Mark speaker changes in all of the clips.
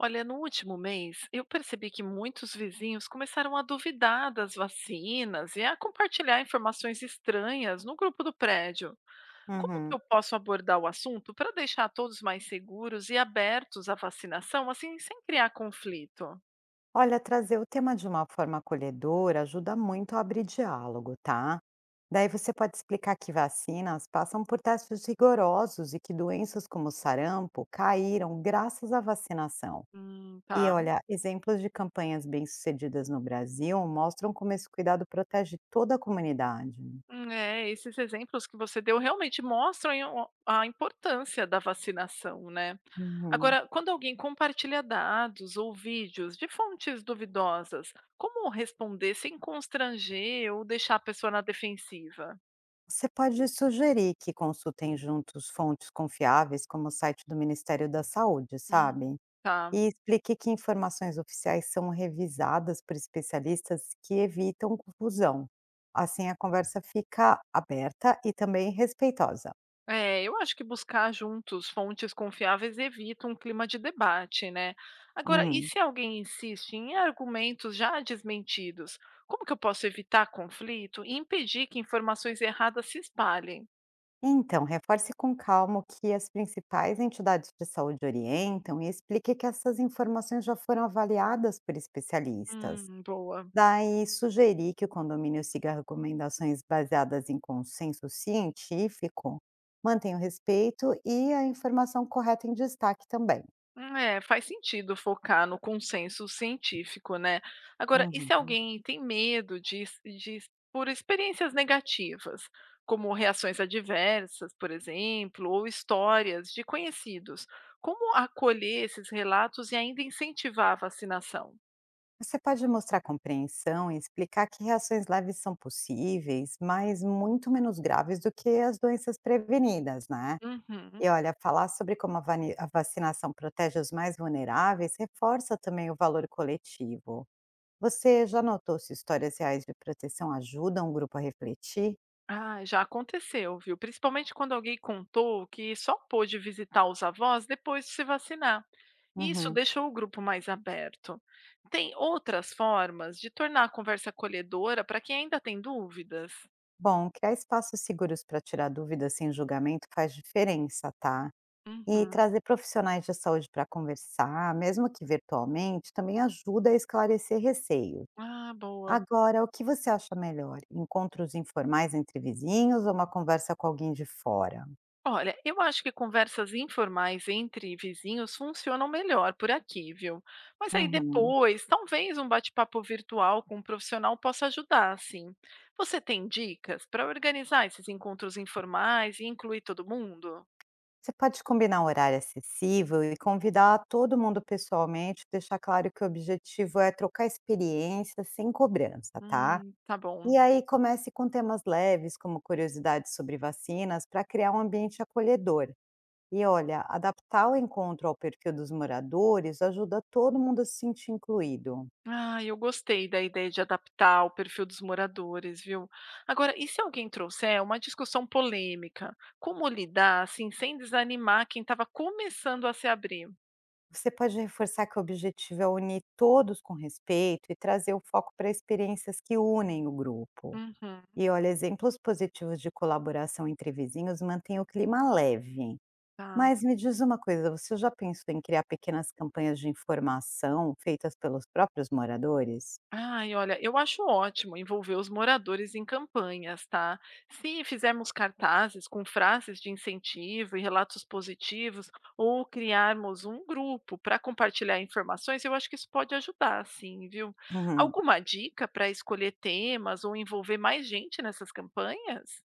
Speaker 1: Olha, no último mês, eu percebi que muitos vizinhos começaram a duvidar das vacinas e a compartilhar informações estranhas no grupo do prédio. Como que
Speaker 2: Uhum.
Speaker 1: eu posso abordar o assunto para deixar todos mais seguros e abertos à vacinação, assim, sem criar conflito?
Speaker 2: Olha, trazer o tema de uma forma acolhedora ajuda muito a abrir diálogo, tá? Daí você pode explicar que vacinas passam por testes rigorosos e que doenças como sarampo caíram graças à vacinação. E
Speaker 1: Tá.
Speaker 2: olha, exemplos de campanhas bem-sucedidas no Brasil mostram como esse cuidado protege toda a comunidade.
Speaker 1: É, esses exemplos que você deu realmente mostram aí o a importância da vacinação, né.
Speaker 2: Uhum.
Speaker 1: Agora, quando alguém compartilha dados ou vídeos de fontes duvidosas, como responder sem constranger ou deixar a pessoa na defensiva?
Speaker 2: Você pode sugerir que consultem juntos fontes confiáveis, como o site do Ministério da Saúde,
Speaker 1: Hum.
Speaker 2: sabe?
Speaker 1: Tá.
Speaker 2: E explique que informações oficiais são revisadas por especialistas que evitam confusão. Assim, a conversa fica aberta e também respeitosa.
Speaker 1: É, eu acho que buscar juntos fontes confiáveis evita um clima de debate, né? Agora, e
Speaker 2: Uhum.
Speaker 1: se alguém insiste em argumentos já desmentidos? Como que eu posso evitar conflito e impedir que informações erradas se espalhem?
Speaker 2: Então, reforce com calma o que as principais entidades de saúde orientam e explique que essas informações já foram avaliadas por especialistas.
Speaker 1: Boa.
Speaker 2: Daí, sugerir que o condomínio siga recomendações baseadas em consenso científico, mantenha o respeito e a informação correta em destaque também.
Speaker 1: É, faz sentido focar no consenso científico, né? Agora, e se
Speaker 2: Uhum.
Speaker 1: alguém tem medo por experiências negativas, como reações adversas, por exemplo, ou histórias de conhecidos, como acolher esses relatos e ainda incentivar a vacinação?
Speaker 2: Você pode mostrar compreensão e explicar que reações leves são possíveis, mas muito menos graves do que as doenças prevenidas, né?
Speaker 1: Uhum.
Speaker 2: E olha, falar sobre como a vacinação protege os mais vulneráveis reforça também o valor coletivo. Você já notou se histórias reais de proteção ajudam o grupo a refletir?
Speaker 1: Ah, já aconteceu, viu? Principalmente quando alguém contou que só pôde visitar os avós depois de se vacinar. Isso
Speaker 2: Uhum.
Speaker 1: deixou o grupo mais aberto. Tem outras formas de tornar a conversa acolhedora para quem ainda tem dúvidas?
Speaker 2: Bom, criar espaços seguros para tirar dúvidas sem julgamento faz diferença, tá? E
Speaker 1: Uhum.
Speaker 2: trazer profissionais de saúde para conversar, mesmo que virtualmente, também ajuda a esclarecer receios.
Speaker 1: Ah, boa.
Speaker 2: Agora, o que você acha melhor? Encontros informais entre vizinhos ou uma conversa com alguém de fora?
Speaker 1: Olha, eu acho que conversas informais entre vizinhos funcionam melhor por aqui, viu? Mas aí
Speaker 2: Uhum.
Speaker 1: depois, talvez um bate-papo virtual com um profissional possa ajudar, sim. Você tem dicas para organizar esses encontros informais e incluir todo mundo?
Speaker 2: Você pode combinar um horário acessível e convidar todo mundo pessoalmente, deixar claro que o objetivo é trocar experiência sem cobrança, tá?
Speaker 1: Tá bom.
Speaker 2: E aí comece com temas leves, como curiosidades sobre vacinas, para criar um ambiente acolhedor. E olha, adaptar o encontro ao perfil dos moradores ajuda todo mundo a se sentir incluído.
Speaker 1: Ah, eu gostei da ideia de adaptar o perfil dos moradores, viu? Agora, e se alguém trouxer uma discussão polêmica? Como lidar, assim, sem desanimar quem estava começando a se abrir?
Speaker 2: Você pode reforçar que o objetivo é unir todos com respeito e trazer o foco para experiências que unem o grupo.
Speaker 1: Uhum,
Speaker 2: E olha, exemplos positivos de colaboração entre vizinhos mantêm o clima leve.
Speaker 1: tá.
Speaker 2: Mas me diz uma coisa, você já pensou em criar pequenas campanhas de informação feitas pelos próprios moradores?
Speaker 1: Ai, olha, eu acho ótimo envolver os moradores em campanhas, tá? Se fizermos cartazes com frases de incentivo e relatos positivos, ou criarmos um grupo para compartilhar informações, eu acho que isso pode ajudar, sim, viu?
Speaker 2: Uhum.
Speaker 1: Alguma dica para escolher temas ou envolver mais gente nessas campanhas?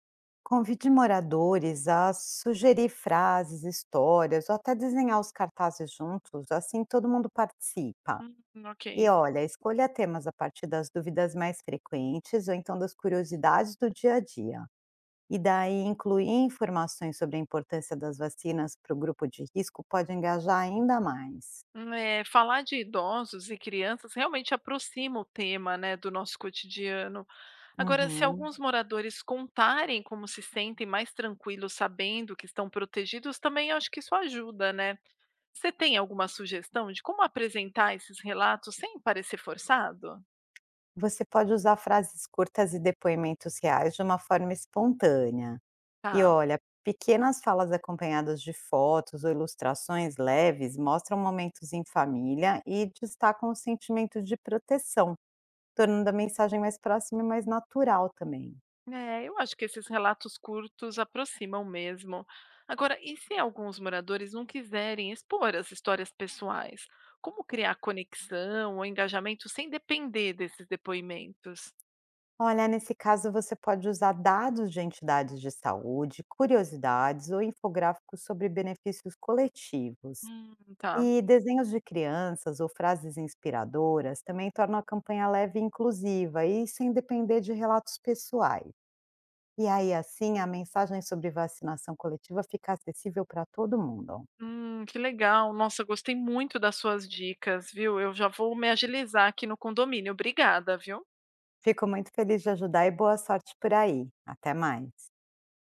Speaker 2: Convide moradores a sugerir frases, histórias ou até desenhar os cartazes juntos, assim todo mundo participa.
Speaker 1: Hum, ok.
Speaker 2: E olha, escolha temas a partir das dúvidas mais frequentes ou então das curiosidades do dia a dia. E daí incluir informações sobre a importância das vacinas para o grupo de risco pode engajar ainda mais.
Speaker 1: É, falar de idosos e crianças realmente aproxima o tema, né, do nosso cotidiano. Agora, se
Speaker 2: Uhum.
Speaker 1: alguns moradores contarem como se sentem mais tranquilos sabendo que estão protegidos, também acho que isso ajuda, né? Você tem alguma sugestão de como apresentar esses relatos sem parecer forçado?
Speaker 2: Você pode usar frases curtas e depoimentos reais de uma forma espontânea. E
Speaker 1: Tá.
Speaker 2: olha, pequenas falas acompanhadas de fotos ou ilustrações leves mostram momentos em família e destacam o sentimento de proteção, tornando a mensagem mais próxima e mais natural também.
Speaker 1: É, eu acho que esses relatos curtos aproximam mesmo. Agora, e se alguns moradores não quiserem expor as histórias pessoais? Como criar conexão ou engajamento sem depender desses depoimentos?
Speaker 2: Olha, nesse caso você pode usar dados de entidades de saúde, curiosidades ou infográficos sobre benefícios coletivos.
Speaker 1: Tá.
Speaker 2: E desenhos de crianças ou frases inspiradoras também tornam a campanha leve e inclusiva e sem depender de relatos pessoais. E aí, assim, a mensagem sobre vacinação coletiva fica acessível para todo mundo.
Speaker 1: Que legal. Nossa, gostei muito das suas dicas, viu? Eu já vou me agilizar aqui no condomínio. Obrigada, viu?
Speaker 2: Fico muito feliz de ajudar e boa sorte por aí. Até mais.